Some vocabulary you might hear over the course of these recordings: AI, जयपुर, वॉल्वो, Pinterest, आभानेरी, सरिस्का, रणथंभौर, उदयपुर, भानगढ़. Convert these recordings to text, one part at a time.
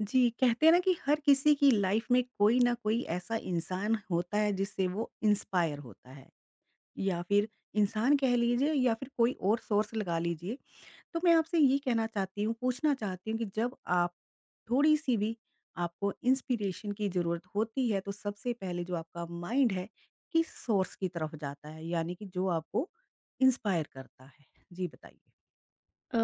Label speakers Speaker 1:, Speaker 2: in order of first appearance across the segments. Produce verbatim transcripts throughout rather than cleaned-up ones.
Speaker 1: जी, कहते हैं ना कि हर किसी की life में कोई ना कोई ऐसा इंसान होता है जिससे वो इंस्पायर होता है या फिर इंसान कह लीजिए या फिर कोई और सोर्स लगा लीजिए। तो मैं आपसे ये कहना चाहती हूँ, पूछना चाहती हूँ कि जब आप थोड़ी-सी भी आपको इंस्पिरेशन की ज़रूरत होती है, तो सबसे पहले जो आपका माइंड है, किस सोर्स की तरफ जाता है? यानी कि जो आपको इंस्पायर करता है? जी, बताइए।
Speaker 2: अ,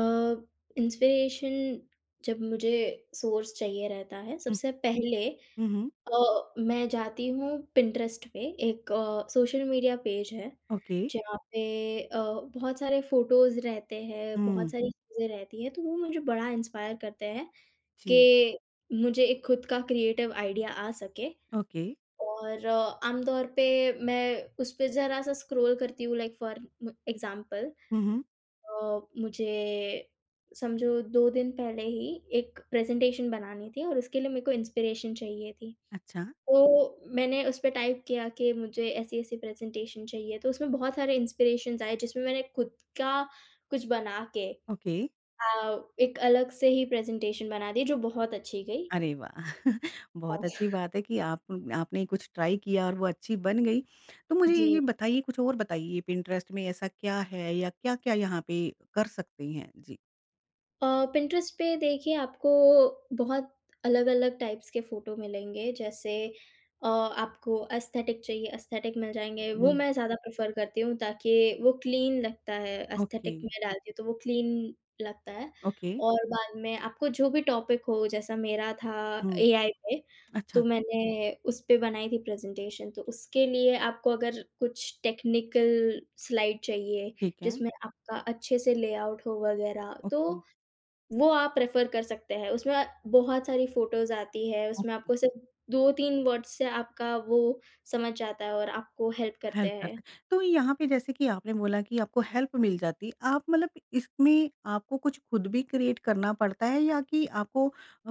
Speaker 2: इंस्पिरेशन जब मुझे सोर्स चाहिए रहता है,
Speaker 1: हुँ,
Speaker 2: सबसे पहले
Speaker 1: हुँ, हुँ।
Speaker 2: अ, मैं जाती हूँ पिंटरेस्ट पे, एक अ, सोशल मीडिया पेज है,
Speaker 1: ओके।
Speaker 2: जहाँ पे अ, बहुत सारे फ़ोटोज़ रहते हैं, बहुत
Speaker 1: हुँ,
Speaker 2: सारी चीज़ें रहती हैं, तो वो मुझे बड़ा इंस्पायर करते हैं
Speaker 1: जी,
Speaker 2: कि मुझे एक खुद का क्रिएटिव आइडिया आ सके।
Speaker 1: ओके।
Speaker 2: और आम तौर पे मैं उस पे ज़रा-सा स्क्रॉल करती हूँ, लाइक फॉर एग्ज़ाम्पल
Speaker 1: हुँ, हुँ।
Speaker 2: अ, मुझे समझो दो दिन पहले ही एक प्रेज़ेंटेशन बनानी थी और उसके लिए मेरे को इंस्पिरेशन चाहिए थी।
Speaker 1: अच्छा।
Speaker 2: तो मैंने उस पे टाइप किया कि मुझे ऐसी-ऐसी प्रेज़ेंटेशन चाहिए, तो उसमें बहुत सारे इंस्पिरेशंस आए, जिसमें मैंने खुद का कुछ बना के
Speaker 1: ओके।
Speaker 2: अ, एक अलग से ही प्रेज़ेंटेशन बना दी जो बहुत अच्छी गई।
Speaker 1: अरे वाह! बहुत
Speaker 2: ओह!
Speaker 1: अच्छी बात है कि आप आपने कुछ ट्राई किया और वो अच्छी बन गई। तो मुझे
Speaker 2: जी।
Speaker 1: ये बताइए कुछ और बताइए पिंटरेस्ट में ऐसा क्या है या क्या-क्या यहाँ पे कर सकते हैं? जी।
Speaker 2: अ, पिंटरेस्ट पे देखिए, आपको बहुत अलग-अलग टाइप्स के फ़ोटो मिलेंगे। जैसे अ, आपको एस्थेटिक चाहिए, एस्थेटिक मिल जाएँगे। वो हुँ।
Speaker 1: हुँ।
Speaker 2: मैं ज़्यादा प्रेफ़र करती हूँ, ताकि वो क्लीन लगता है,
Speaker 1: ओके,
Speaker 2: एस्थेटिक में डालती हूँ तो वो क्लीन लगता है।
Speaker 1: ओके।
Speaker 2: और बाद में आपको जो भी टॉपिक हो, जैसा मेरा था
Speaker 1: हुँ।
Speaker 2: एआई पे,
Speaker 1: अच्छा,
Speaker 2: तो मैंने उस पे बनाई थी प्रेज़ेंटेशन। तो उसके लिए आपको अगर कुछ टेक्निकल स्लाइड चाहिए,
Speaker 1: ठीक है।
Speaker 2: जिसमें आपका अच्छे से लेआउट हो वग़ैरह, तो
Speaker 1: ओके,
Speaker 2: वो आप प्रेफ़र कर सकते हैं। उसमें बहुत सारी फ़ोटोज़ आती है, उसमें
Speaker 1: ओके।
Speaker 2: आपको सिर्फ़ दो-तीन वर्ड्स से आपका वो समझ जाता है और आपको हेल्प करते
Speaker 1: हेल्प
Speaker 2: हैं।
Speaker 1: करते हैं। तो यहाँ पे जैसे कि आपने बोला कि आपको हेल्प मिल जाती है। आप मतलब इसमें आपको कुछ खुद भी क्रिएट करना पड़ता है या कि आपको अ,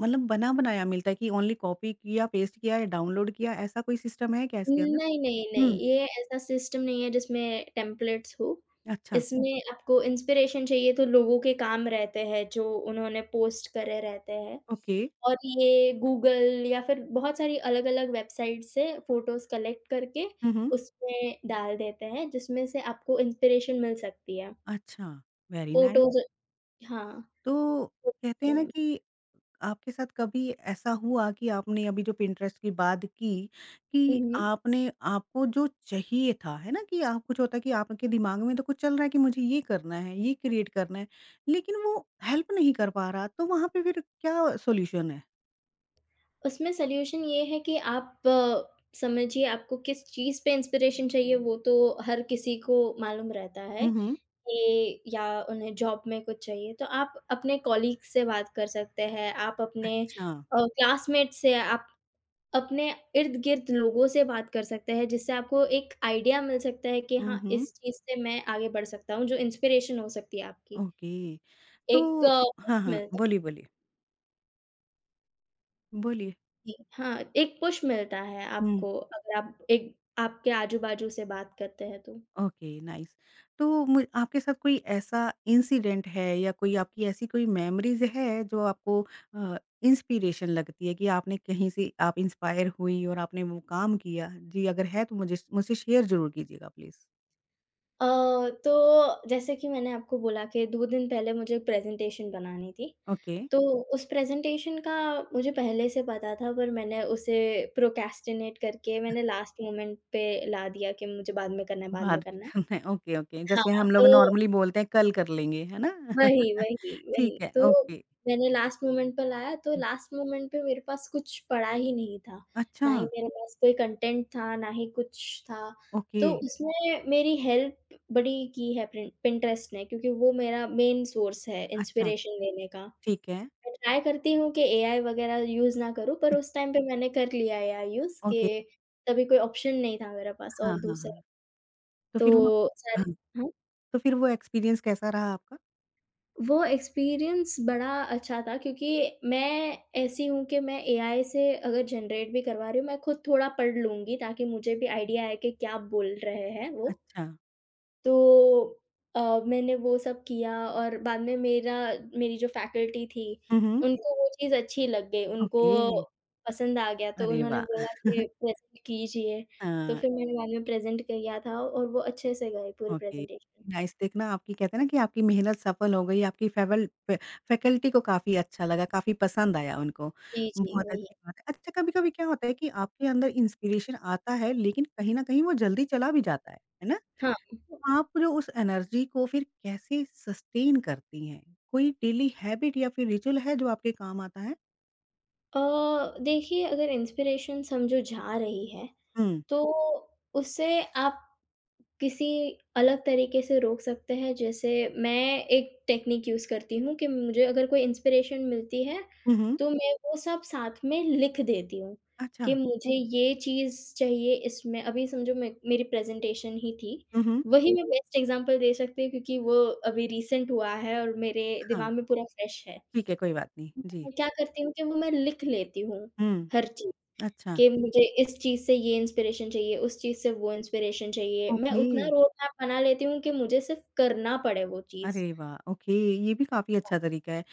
Speaker 1: मतलब बना-बनाया मिलता है कि ओनली कॉपी किया, पेस्ट किया या डाउनलोड किया, ऐसा कोई सिस्टम है क्या इसके अंदर?
Speaker 2: नहीं, नहीं, नहीं,
Speaker 1: हुँ,
Speaker 2: ये ऐसा सिस्टम नहीं है जिसमें टेम्पलेट्स हो।
Speaker 1: अच्छा,
Speaker 2: इसमें आपको इंस्पिरेशन चाहिए, तो लोगों के काम रहते हैं जो उन्होंने पोस्ट करे रहते हैं।
Speaker 1: ओके।
Speaker 2: और ये गूगल या फिर बहुत सारी अलग-अलग वेबसाइट से फ़ोटोज़ कलेक्ट करके
Speaker 1: हुँ, हुँ।
Speaker 2: उसमें डाल देते हैं, जिसमें से आपको इंस्पिरेशन मिल सकती है।
Speaker 1: अच्छा, वेरी नाइस।
Speaker 2: फ़ोटोज़। हाँ,
Speaker 1: तो कहते हैं ना
Speaker 2: ओके।
Speaker 1: कि आपके साथ कभी ऐसा हुआ कि आपने अभी जो पिंटरेस्ट की बात की कि
Speaker 2: हुँ, हुँ।
Speaker 1: आपने आपको जो चाहिए था, है ना? कि आप कुछ होता है कि आपके दिमाग में तो कुछ चल रहा है कि मुझे ये करना है, ये क्रिएट करना है, लेकिन वो हेल्प नहीं कर पा रहा, तो वहाँ पे फिर क्या सॉल्यूशन है?
Speaker 2: उसमें सॉल्यूशन ये है कि आप अ, समझिए आपको किस चीज़ पे इंस्पिरेशन चाहिए, वो तो हर किसी को मालूम रहता है
Speaker 1: हुँ, हुँ।
Speaker 2: कि या उन्हें जॉब में कुछ चाहिए, तो आप अपने कॉलीग से बात कर सकते हैं, आप अपने
Speaker 1: अच्छा।
Speaker 2: अ, क्लासमेट से, आप अपने इर्द-गिर्द लोगों से बात कर सकते हैं, जिससे आपको एक आइडिया मिल सकता है कि
Speaker 1: हुँ,
Speaker 2: हाँ,
Speaker 1: हुँ।
Speaker 2: इस चीज़ से मैं आगे बढ़ सकता हूँ, जो इंस्पिरेशन हो सकती है आपकी।
Speaker 1: ओके। तो
Speaker 2: एक पुश
Speaker 1: हाँ, हाँ।
Speaker 2: मिल
Speaker 1: बोलिए, बोलिए। बोलिए।
Speaker 2: जी, हाँ, एक पुश मिलता है
Speaker 1: हुँ,
Speaker 2: आपको अगर आप एक आपके आजू-बाजू से बात करते हैं तो।
Speaker 1: Okay nice. तो मु आपके साथ कोई ऐसा इंसिडेंट है या कोई आपकी ऐसी कोई मेमोरीज़ है जो आपको अ, इंस्पिरेशन लगती है कि आपने कहीं से आप इंस्पायर हुई और आपने वो काम किया? जी, अगर है तो मुझे मुझसे शेयर ज़रूर कीजिएगा प्लीज़।
Speaker 2: अ, तो जैसे कि मैंने आपको बोला कि दो दिन पहले मुझे प्रेज़ेंटेशन बनानी थी,
Speaker 1: ओके,
Speaker 2: तो उस प्रेज़ेंटेशन का मुझे पहले से पता था, पर मैंने उसे प्रोक्रेस्टिनेट करके मैंने लास्ट मोमेंट पे ला दिया कि मुझे बाद में करना है, बाद में
Speaker 1: बाद में
Speaker 2: करना है।
Speaker 1: करना है। Okay, okay. जैसे
Speaker 2: हाँ,
Speaker 1: हम लोग
Speaker 2: तो
Speaker 1: नॉर्मली बोलते हैं कल कर लेंगे, है ना?
Speaker 2: वही, वही, वही।
Speaker 1: ठीक है,
Speaker 2: तो
Speaker 1: ओके।
Speaker 2: मैंने लास्ट मोमेंट पे लाया, तो लास्ट मोमेंट पे मेरे पास कुछ पड़ा ही नहीं था।
Speaker 1: अच्छा,
Speaker 2: ना ही मेरे पास कोई कंटेंट था, ना ही कुछ था।
Speaker 1: ओके,
Speaker 2: तो उसमें मेरी हेल्प बड़ी की है प्रिन पिंटरेस्ट ने, क्योंकि वो मेरा मेन सोर्स है
Speaker 1: अच्छा,
Speaker 2: इंस्पिरेशन लेने का।
Speaker 1: ठीक है।
Speaker 2: मैं ट्राई करती हूँ कि एआई वगैरह यूज़ ना करूँ, पर उस टाइम पे मैंने कर लिया एआई यूज़
Speaker 1: ओके,
Speaker 2: कि तभी कोई ऑप्शन नहीं था मेरे पास।
Speaker 1: हाँ,
Speaker 2: और
Speaker 1: हाँ,
Speaker 2: दूसरा
Speaker 1: हाँ। तो फिर वो
Speaker 2: तो सारे।
Speaker 1: हाँ,
Speaker 2: हाँ?
Speaker 1: तो फिर वो एक्सपीरियंस कैसा रहा आपका?
Speaker 2: वो एक्सपीरियंस बड़ा अच्छा था, क्योंकि मैं ऐसी हूँ कि मैं एआई से अगर जनरेट भी करवा रही हूँ, मैं खुद थोड़ा पढ़ लूँगी, ताकि मुझे भी आइडिया आए कि क्या बोल रहे हैं वो।
Speaker 1: अच्छा।
Speaker 2: तो अ, मैंने वो सब किया और बाद में मेरा मेरी जो फैकल्टी थी,
Speaker 1: हुँ, हुँ।
Speaker 2: उनको वो चीज़ अच्छी लग गई, उनको
Speaker 1: ओके,
Speaker 2: पसंद आ गया तो
Speaker 1: अरे
Speaker 2: उन्होंने
Speaker 1: वाह!
Speaker 2: बोला कि प्रेज़ेंट कीजिए। तो
Speaker 1: हाँ,
Speaker 2: फिर मैंने बाद में प्रेज़ेंट किया था और वो अच्छे से गई पूरी
Speaker 1: ओके,
Speaker 2: प्रेज़ेंटेशन।
Speaker 1: नाइस देखना आपकी कहते हैं ना कि आपकी मेहनत सफल हो गई, आपकी फेवल फे फैकल्टी को काफ़ी अच्छा लगा, काफ़ी पसंद आया उनको,
Speaker 2: जी, जी,
Speaker 1: बहुत
Speaker 2: वही।
Speaker 1: अच्छी बात है। अच्छा कभी-कभी क्या होता है कि आपके अंदर इंस्पिरेशन आता है लेकिन कहीं न कहीं वो जल्दी चला भी जाता है, है ना?
Speaker 2: हाँ।
Speaker 1: तो आप जो उस एनर्जी को फिर कैसे सस्टेन करती हैं? कोई डेली हैबिट या फिर रिचुअल है जो आपके काम आता है?
Speaker 2: अ, देखिए अगर इंस्पिरेशन समझो जा रही है,
Speaker 1: हुँ,
Speaker 2: तो उसे आप किसी अलग तरीके से रोक सकते हैं। जैसे मैं एक टेक्निक यूज़ करती हूँ कि मुझे अगर कोई इंस्पिरेशन मिलती है,
Speaker 1: हुँ, हुँ,
Speaker 2: तो मैं वो सब साथ में लिख देती हूँ,
Speaker 1: अच्छा,
Speaker 2: कि मुझे ये चीज़ चाहिए। इसमें अभी समझो मैं मेरी प्रेज़ेंटेशन ही थी।
Speaker 1: हुँ, हुँ,
Speaker 2: वही मैं बेस्ट एग्ज़ाम्पल दे सकती हूँ, क्योंकि वो अभी रीसेंट हुआ है और मेरे
Speaker 1: हाँ,
Speaker 2: दिमाग में पूरा फ्रेश है।
Speaker 1: ठीक है, कोई बात नहीं, जी।
Speaker 2: मैं क्या करती हूँ कि वो मैं लिख लेती हूँ,
Speaker 1: हुँ,
Speaker 2: हर चीज़
Speaker 1: अच्छा।
Speaker 2: कि मुझे इस चीज़ से ये इंस्पिरेशन चाहिए, उस चीज़ से वो इंस्पिरेशन चाहिए। मैं
Speaker 1: ओके।
Speaker 2: उतना रोड मैप बना लेती हूँ कि मुझे सिर्फ़ करना पड़े वो चीज़।
Speaker 1: अरे वाह! ओके, ये भी काफ़ी अच्छा तरीका है।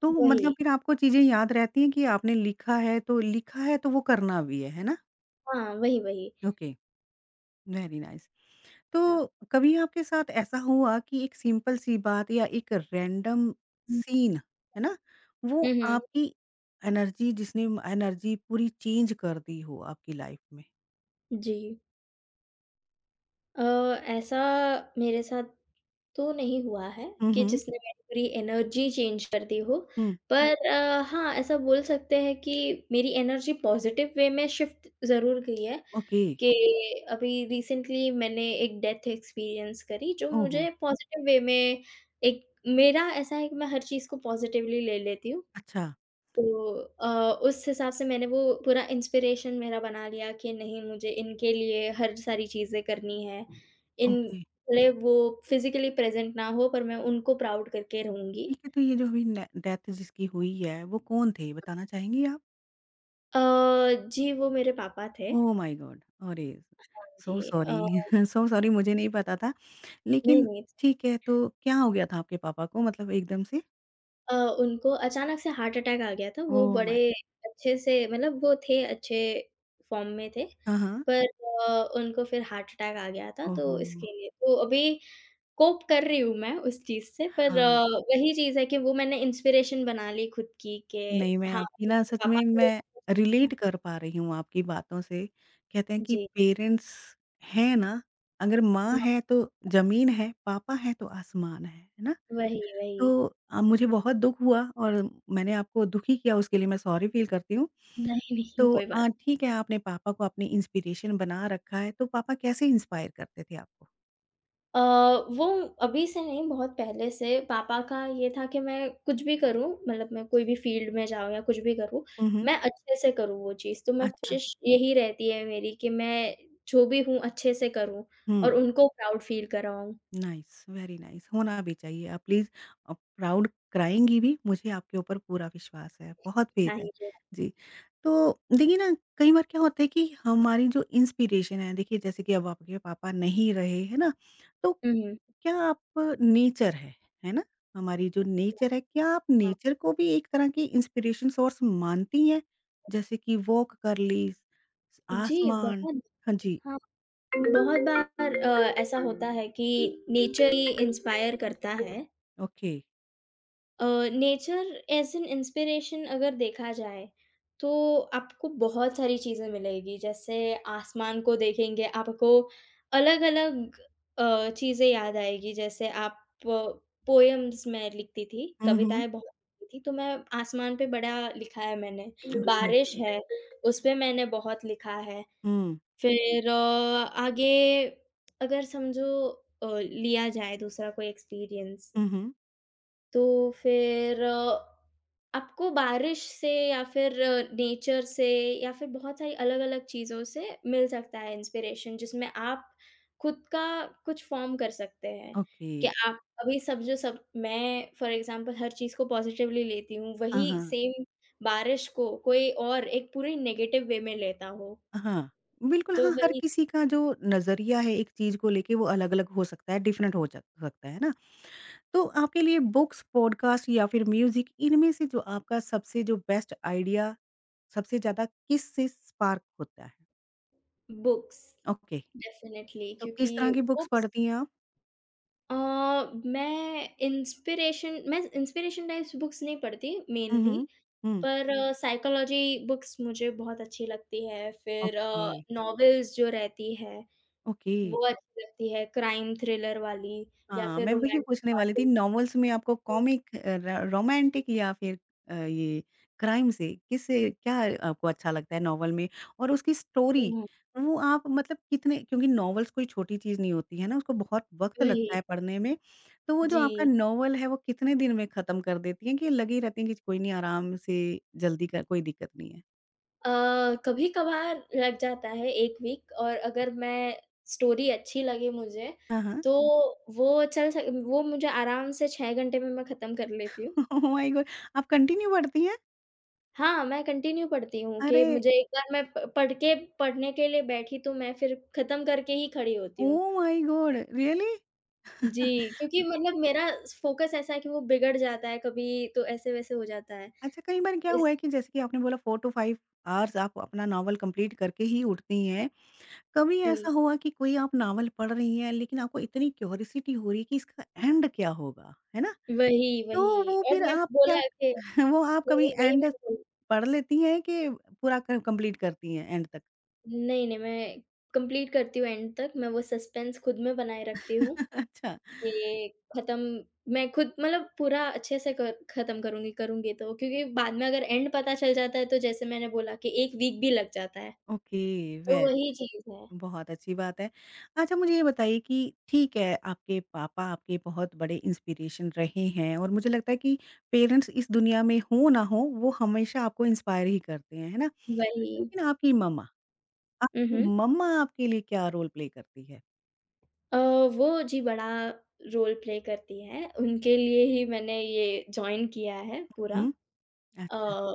Speaker 1: तो
Speaker 2: वही।
Speaker 1: मतलब फिर आपको चीज़ें याद रहती हैं कि आपने लिखा है तो लिखा है तो वो करना भी है, है ना?
Speaker 2: हाँ, वही, वही।
Speaker 1: Okay, very nice. तो
Speaker 2: हाँ।
Speaker 1: कभी आपके साथ ऐसा हुआ कि एक सिंपल सी बात या एक रैंडम सीन, है ना? वो
Speaker 2: हुँ, हुँ।
Speaker 1: आपकी एनर्जी जिसने एनर्जी पूरी चेंज कर दी हो आपकी लाइफ़ में?
Speaker 2: जी। अ, ऐसा मेरे साथ तो नहीं हुआ है
Speaker 1: हुँ,
Speaker 2: कि
Speaker 1: हुँ।
Speaker 2: जिसने मेरी पूरी एनर्जी चेंज कर दी हो,
Speaker 1: हुँ,
Speaker 2: पर अ, हाँ, ऐसा बोल सकते हैं कि मेरी एनर्जी पॉज़िटिव वे में शिफ्ट ज़रूर गई है।
Speaker 1: ओके।
Speaker 2: कि अभी रिसेंटली मैंने एक डेथ एक्सपीरियंस करी, जो
Speaker 1: ओहो!
Speaker 2: मुझे पॉज़िटिव वे में एक मेरा ऐसा है कि मैं हर चीज़ को पॉज़िटिवली ले लेती हूँ।
Speaker 1: अच्छा,
Speaker 2: तो अ, उस हिसाब से मैंने वो पूरा इंस्पिरेशन मेरा बना लिया कि नहीं, मुझे इनके लिए हर सारी चीज़ें करनी है। इन
Speaker 1: ओके।
Speaker 2: भले वो फ़िज़िकली प्रेज़ेंट ना हो, पर मैं उनको प्राउड करके रहूँगी।
Speaker 1: ठीक है, तो ये जो अभी ने डेथ जिसकी हुई है, वो कौन थे? बताना चाहेंगी आप?
Speaker 2: अ, जी, वो मेरे पापा थे।
Speaker 1: Oh my god! अरे!
Speaker 2: हाँ जी।
Speaker 1: सो सॉरी
Speaker 2: अ,
Speaker 1: सो सॉरी मुझे नहीं पता था।
Speaker 2: नहीं,
Speaker 1: लेकिन
Speaker 2: नहीं।
Speaker 1: ठीक है, तो क्या हो गया था आपके पापा को मतलब एकदम से?
Speaker 2: अ, उनको अचानक से हार्ट अटैक आ गया था, वो
Speaker 1: ओह
Speaker 2: बड़े
Speaker 1: माय
Speaker 2: अच्छे से, मतलब वो थे अच्छे फ़ॉर्म में थे,
Speaker 1: हाँ, हाँ।
Speaker 2: पर अ, उनको फिर हार्ट अटैक आ गया था, तो
Speaker 1: ओहो!
Speaker 2: इसके लिए तो अभी कोप कर रही हूँ मैं उस चीज़ से, पर
Speaker 1: हाँ,
Speaker 2: अ, वही चीज़ है कि वो मैंने इंस्पिरेशन बना ली खुद की कि
Speaker 1: नहीं मैं
Speaker 2: हाँ,
Speaker 1: आपकी ना सच
Speaker 2: पापा
Speaker 1: में
Speaker 2: के लिए
Speaker 1: मैं
Speaker 2: सब कुछ। हाँ,
Speaker 1: रिलेट कर पा रही हूँ आपकी बातों से। कहते हैं कि
Speaker 2: जी,
Speaker 1: पेरेंट्स हैं ना, अगर माँ
Speaker 2: हाँ,
Speaker 1: है तो ज़मीन है, पापा है तो आसमान है। है ना?
Speaker 2: वही, वही।
Speaker 1: तो अ, मुझे बहुत दुःख हुआ और मैंने आपको दुखी किया उसके लिए मैं सॉरी फ़ील करती हूँ।
Speaker 2: नहीं, नहीं,
Speaker 1: तो
Speaker 2: कोई
Speaker 1: अ,
Speaker 2: बात।
Speaker 1: ठीक है आपने पापा को अपनी इंस्पिरेशन बना रखा है, तो पापा कैसे इंस्पायर करते थे आपको?
Speaker 2: अ, वो अभी से नहीं बहुत पहले से पापा का ये था कि मैं कुछ भी करूँ, मतलब मैं कोई भी फ़ील्ड में जाऊँ या कुछ भी करूँ,
Speaker 1: हुँ, हुँ।
Speaker 2: मैं अच्छे से करूँ वो चीज़। तो मैं
Speaker 1: अच्छा।
Speaker 2: कोशिश यही रहती है मेरी कि मैं जो भी हूँ अच्छे से करूँ और
Speaker 1: हुँ।
Speaker 2: उनको प्राउड फ़ील कराऊँ।
Speaker 1: नाइस, वेरी नाइस होना भी चाहिए। आप प्लीज़ अ, प्राउड कराएँगी भी, मुझे आपके ऊपर पूरा विश्वास है, बहुत फेथ है।
Speaker 2: Thank you.
Speaker 1: जी, तो देखिए ना कई बार क्या होता है कि हमारी जो इंस्पिरेशन है देखिए जैसे कि अब आपके पापा नहीं रहे, है ना? तो
Speaker 2: हुँ,
Speaker 1: क्या आप नेचर है, है ना? हमारी जो नेचर है, क्या आप
Speaker 2: हाँ।
Speaker 1: नेचर को भी एक तरह की इंस्पिरेशन सोर्स मानती हैं? जैसे कि वॉक कर ली,
Speaker 2: जी,
Speaker 1: आसमान
Speaker 2: बहुत
Speaker 1: हाँ जी,
Speaker 2: हाँ, बहुत बार अ, ऐसा होता है कि नेचर ही इंस्पायर करता है।
Speaker 1: Okay.
Speaker 2: Nature as an inspiration अगर देखा जाए तो आपको बहुत सारी चीज़ें मिलेगी। जैसे आसमान को देखेंगे आपको अलग-अलग अ, चीज़ें याद आएगी। जैसे आप पोएम्स मैं लिखती थी,
Speaker 1: हुँ, हुँ।
Speaker 2: कविताएँ बहुत लिखती थी, तो मैं आसमान पे बड़ा लिखा है मैंने,
Speaker 1: ओके,
Speaker 2: बारिश है उस पे मैंने बहुत लिखा है।
Speaker 1: हुँ,
Speaker 2: फिर अ, आगे अगर समझो अ, लिया जाए दूसरा कोई एक्सपीरियंस,
Speaker 1: हुँ, हुँ।
Speaker 2: तो फिर अ, आपको बारिश से या फिर नेचर से या फिर बहुत सारी अलग-अलग चीज़ों से मिल सकता है इंस्पिरेशन, जिसमें आप खुद का कुछ फ़ॉर्म कर सकते हैं,
Speaker 1: ओके।
Speaker 2: कि आप अभी सब जो सब मैं फॉर एग्ज़ाम्पल हर चीज़ को पॉज़िटिवली लेती हूँ,
Speaker 1: हाँ,
Speaker 2: वही
Speaker 1: हाँ।
Speaker 2: सेम बारिश को कोई और एक पूरी नेगेटिव वे में लेता हो।
Speaker 1: हाँ, बिल्कुल
Speaker 2: तो
Speaker 1: हाँ, हर
Speaker 2: वही।
Speaker 1: किसी का जो नज़रिया है एक चीज़ को लेके वो अलग-अलग हो सकता है, डिफरेंट हो जा सकता है ना? तो आपके लिए बुक्स, पॉडकास्ट या फिर म्यूज़िक इनमें से जो आपका सबसे जो बेस्ट आइडिया सबसे ज़्यादा किससे स्पार्क होता है?
Speaker 2: बुक्स
Speaker 1: ओके,
Speaker 2: डेफ़िनेटली,
Speaker 1: तो
Speaker 2: क्योंकि
Speaker 1: किस तरह की बुक्स
Speaker 2: बुक्स
Speaker 1: पढ़ती हैं आप?
Speaker 2: अ, मैं इंस्पिरेशन मैं इंस्पिरेशन टाइप्स बुक्स नहीं पढ़ती
Speaker 1: हुँ,
Speaker 2: मेनली,
Speaker 1: हुँ। हुँ,
Speaker 2: पर साइकोलॉजी बुक्स मुझे बहुत अच्छी लगती है। फिर
Speaker 1: ओके,
Speaker 2: नॉवेल्स जो रहती है
Speaker 1: ओके।
Speaker 2: वो अच्छी लगती है, क्राइम थ्रिलर वाली या
Speaker 1: हाँ,
Speaker 2: फिर
Speaker 1: मैं वही
Speaker 2: रोमांटिक
Speaker 1: पूछने वाली थी
Speaker 2: वाली।
Speaker 1: नॉवेल्स में आपको कॉमिक अ, र रोमांटिक या फिर अ, ये क्राइम से किससे क्या आपको अच्छा लगता है नॉवेल में? और उसकी स्टोरी
Speaker 2: हम्म।
Speaker 1: वो आप मतलब कितने क्योंकि नॉवेल्स कोई छोटी चीज़ नहीं होती है ना, उसको बहुत वक़्त लगता
Speaker 2: वही।
Speaker 1: है पढ़ने में। तो वो जो आपका
Speaker 2: जी।
Speaker 1: नॉवेल है वो कितने दिन में ख़त्म कर देती हैं कि लगी रहती हैं कि कोई नहीं आराम से जल्दी कर कोई दिक्कत नहीं है?
Speaker 2: अ, कभी कभार लग जाता है एक वीक, और अगर मैं स्टोरी अच्छी लगे मुझे,
Speaker 1: हाँ, हाँ।
Speaker 2: तो वो चल सक वो मुझे आराम से छह घंटे में मैं खत्म कर लेती हूँ।
Speaker 1: Oh my god! आप कंटिन्यू पढ़ती हैं?
Speaker 2: हाँ, मैं कंटिन्यू पढ़ती हूँ कि
Speaker 1: अरे!
Speaker 2: मुझे एक बार मैं प पढ़ के पढ़ने के लिए बैठी तो मैं फिर ख़त्म करके ही खड़ी होती हूँ।
Speaker 1: Oh my god! रियली?
Speaker 2: जी, क्योंकि मतलब मेरा फ़ोकस ऐसा है कि वो बिगड़ जाता है, कभी तो ऐसे-वैसे हो जाता है।
Speaker 1: अच्छा, कई बार क्या हुआ
Speaker 2: इस
Speaker 1: है कि जैसे कि आपने बोला फोर टू फाइव आवर्स आप अपना नॉवल कंप्लीट करके ही उठती हैं। कभी ऐसा
Speaker 2: जी,
Speaker 1: हुआ कि कोई आप नॉवल पढ़ रही हैं, लेकिन आपको इतनी क्यूरियोसिटी हो रही है कि इसका एंड क्या होगा, है ना?
Speaker 2: वही, वही।
Speaker 1: तो वो
Speaker 2: और
Speaker 1: फिर
Speaker 2: मैं
Speaker 1: आप क्या
Speaker 2: बोला कि
Speaker 1: वो आप कभी
Speaker 2: वही, वही
Speaker 1: एंड
Speaker 2: मैंने बोला।
Speaker 1: पढ़ लेती हैं कि पूरा क कंप्लीट करती हैं एंड तक?
Speaker 2: नहीं, नहीं, मैं कंप्लीट करती हूँ एंड तक, मैं वो सस्पेंस खुद में बनाए रखती हूँ।
Speaker 1: अच्छा,
Speaker 2: ये खत्म। मैं खुद मतलब पूरा अच्छे से क खत्म करूँगी करूँगी, तो क्योंकि बाद में अगर एंड पता चल जाता है, तो जैसे मैंने बोला कि एक वीक भी लग जाता है,
Speaker 1: ओके,
Speaker 2: तो
Speaker 1: वेरी
Speaker 2: वही चीज़ है।
Speaker 1: बहुत अच्छी बात है। अच्छा मुझे ये बताइए कि ठीक है, आपके पापा आपके बहुत बड़े इंस्पिरेशन रहे हैं और मुझे लगता है कि पेरेंट्स इस दुनिया में हों ना हों, वो हमेशा आपको इंस्पायर ही करते हैं, है ना?
Speaker 2: वही।
Speaker 1: लेकिन आपकी मम्मा,
Speaker 2: हुँ,
Speaker 1: आपकी
Speaker 2: हुँ।
Speaker 1: मम्मा आपके लिए क्या रोल प्ले करती है?
Speaker 2: अ, वो जी बड़ा रोल प्ले करती है, उनके लिए ही मैंने ये जॉइन किया है पूरा
Speaker 1: हुँ, अच्छा,
Speaker 2: अ,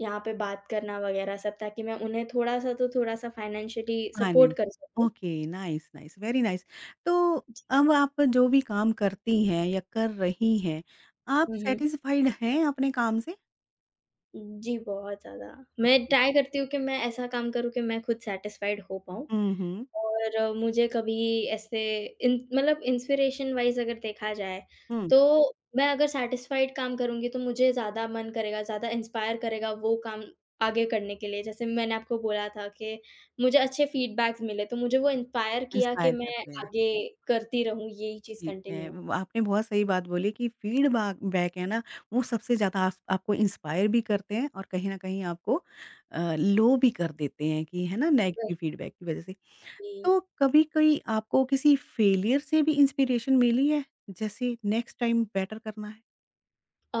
Speaker 2: यहाँ पे बात करना वगैरह सब, ताकि मैं उन्हें थोड़ा-सा तो थोड़ा-सा फाइनेंशियली सपोर्ट
Speaker 1: मैनेज
Speaker 2: कर सकूँ।
Speaker 1: Okay, nice, nice, very nice. तो
Speaker 2: जी।
Speaker 1: अब आप जो भी काम करती हैं या कर रही हैं, आप
Speaker 2: हुँ, हुँ।
Speaker 1: सैटिस्फाइड हैं अपने काम से?
Speaker 2: जी, बहुत ज़्यादा। मैं
Speaker 1: ओके।
Speaker 2: ट्राई करती हूँ कि मैं ऐसा काम करूँ कि मैं खुद सैटिस्फाइड हो पाऊँ
Speaker 1: हुँ, हुँ।
Speaker 2: और अ, मुझे कभी ऐसे इन मतलब इंस्पिरेशन वाइज़ अगर देखा जाए,
Speaker 1: हुँ,
Speaker 2: तो मैं अगर सैटिस्फाइड काम करूँगी तो मुझे ज़्यादा मन करेगा, ज़्यादा इंस्पायर करेगा वो काम आगे करने के लिए। जैसे मैंने आपको बोला था कि मुझे अच्छे फीडबैक्स मिले, तो मुझे वो इंस्पायर किया कि
Speaker 1: इंस्पायर
Speaker 2: मैं
Speaker 1: करते हैं।
Speaker 2: आगे करती रहूँ यही चीज़
Speaker 1: ठीक है,
Speaker 2: कंटिन्यू।
Speaker 1: व आपने बहुत सही बात बोली कि फ़ीडबैक बैक है ना, वो सबसे ज़्यादा आप आपको इंस्पायर भी करते हैं और कहीं न कहीं आपको अ, लो भी कर देते हैं कि है ना, जी। नेगेटिव फ़ीडबैक की वज़ह से।
Speaker 2: वही।
Speaker 1: तो कभी-कभी आपको किसी फेलियर से भी इंस्पिरेशन मिली है? जैसे नेक्स्ट टाइम बेटर करना है?
Speaker 2: अ,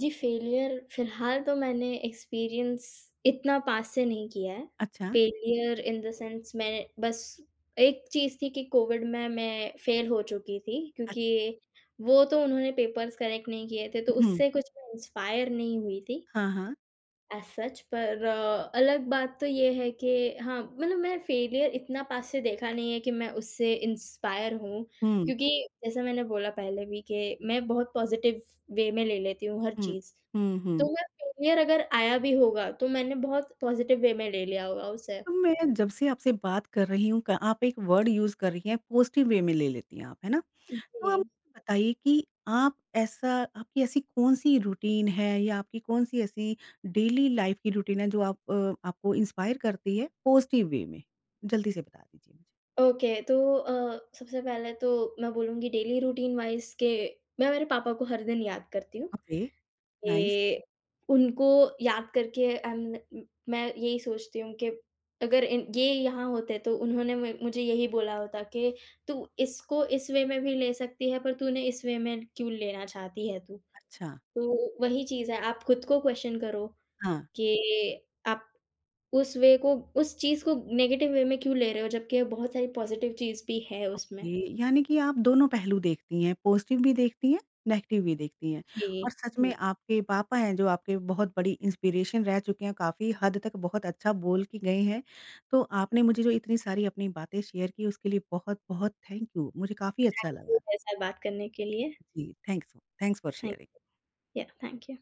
Speaker 2: जी, फेलियर फिलहाल तो मैंने एक्सपीरियंस इतना पास से नहीं किया है।
Speaker 1: अच्छा,
Speaker 2: फेलियर इन द सेंस मैं बस एक चीज़ थी कि कोविड में मैं फेल हो चुकी थी,
Speaker 1: अच
Speaker 2: क्योंकि वो तो उन्होंने पेपर्स करेक्ट नहीं किए थे, तो
Speaker 1: हुँ,
Speaker 2: उससे कुछ मैं इंस्पायर नहीं हुई थी
Speaker 1: हाँ, हाँ।
Speaker 2: As such. पर अ, अलग बात तो ये है कि हाँ, मतलब मैं फेलियर इतना पास से देखा नहीं है कि मैं उससे इंस्पायर हूँ,
Speaker 1: हुँ,
Speaker 2: क्योंकि जैसा मैंने बोला पहले भी कि मैं बहुत पॉज़िटिव वे में ले लेती हूँ हर
Speaker 1: हुँ।
Speaker 2: चीज़।
Speaker 1: हुँ, हुँ।
Speaker 2: तो मैं फेलियर अगर आया भी होगा, तो मैंने बहुत पॉज़िटिव वे में ले लिया होगा उसे।
Speaker 1: तो मैं जब से आपसे बात कर रही हूँ क आप एक वर्ड यूज़ कर रही हैं, पॉज़िटिव वे में ले लेती हैं आप, है ना? तो
Speaker 2: जी।
Speaker 1: आप मुझे बताइए कि आप ऐसा आपकी ऐसी कौन-सी रूटीन है या आपकी कौन-सी ऐसी डेली लाइफ की रूटीन है जो आप अ, आपको इंस्पायर करती है पॉजिटिव वे में? जल्दी से बता दीजिए मुझे।
Speaker 2: ओके, तो अ, सबसे पहले तो मैं बोलूँगी डेली रूटीन वाइज़ के मैं मेरे पापा को हर दिन याद करती हूँ।
Speaker 1: ओके, नाइस,
Speaker 2: ये उनको याद करके अम, मैं यही सोचती हूँ कि अगर इन ये यहाँ होते तो उन्होंने मु मुझे यही बोला होता कि तू इसको इस वे में भी ले सकती है, पर तूने इस वे में क्यों लेना चाहती है तू?
Speaker 1: अच्छा,
Speaker 2: तो वही चीज़ है, आप खुद को क्वेश्चन करो
Speaker 1: हाँ।
Speaker 2: कि आप उस वे को उस चीज़ को नेगेटिव वे में क्यों ले रहे हो, जबकि बहुत सारी पॉज़िटिव चीज़ भी है उसमें।
Speaker 1: ओके, यानी कि आप दोनों पहलू देखती हैं, पॉज़िटिव भी देखती हैं, नेगेटिव भी देखती हैं
Speaker 2: जी,
Speaker 1: और सच में
Speaker 2: जी।
Speaker 1: आपके पापा हैं जो आपके बहुत बड़ी इंस्पिरेशन रह चुके हैं, काफ़ी हद तक बहुत अच्छा बोल के गए हैं। तो आपने मुझे जो इतनी सारी अपनी बातें शेयर की उसके लिए बहुत-बहुत थैंक यू। मुझे काफ़ी अच्छा
Speaker 2: थैंक यू
Speaker 1: लगा।
Speaker 2: मेरे साथ बात करने के लिए।
Speaker 1: जी, thanks thanks for
Speaker 2: thank
Speaker 1: sharing.
Speaker 2: या थैंक यू।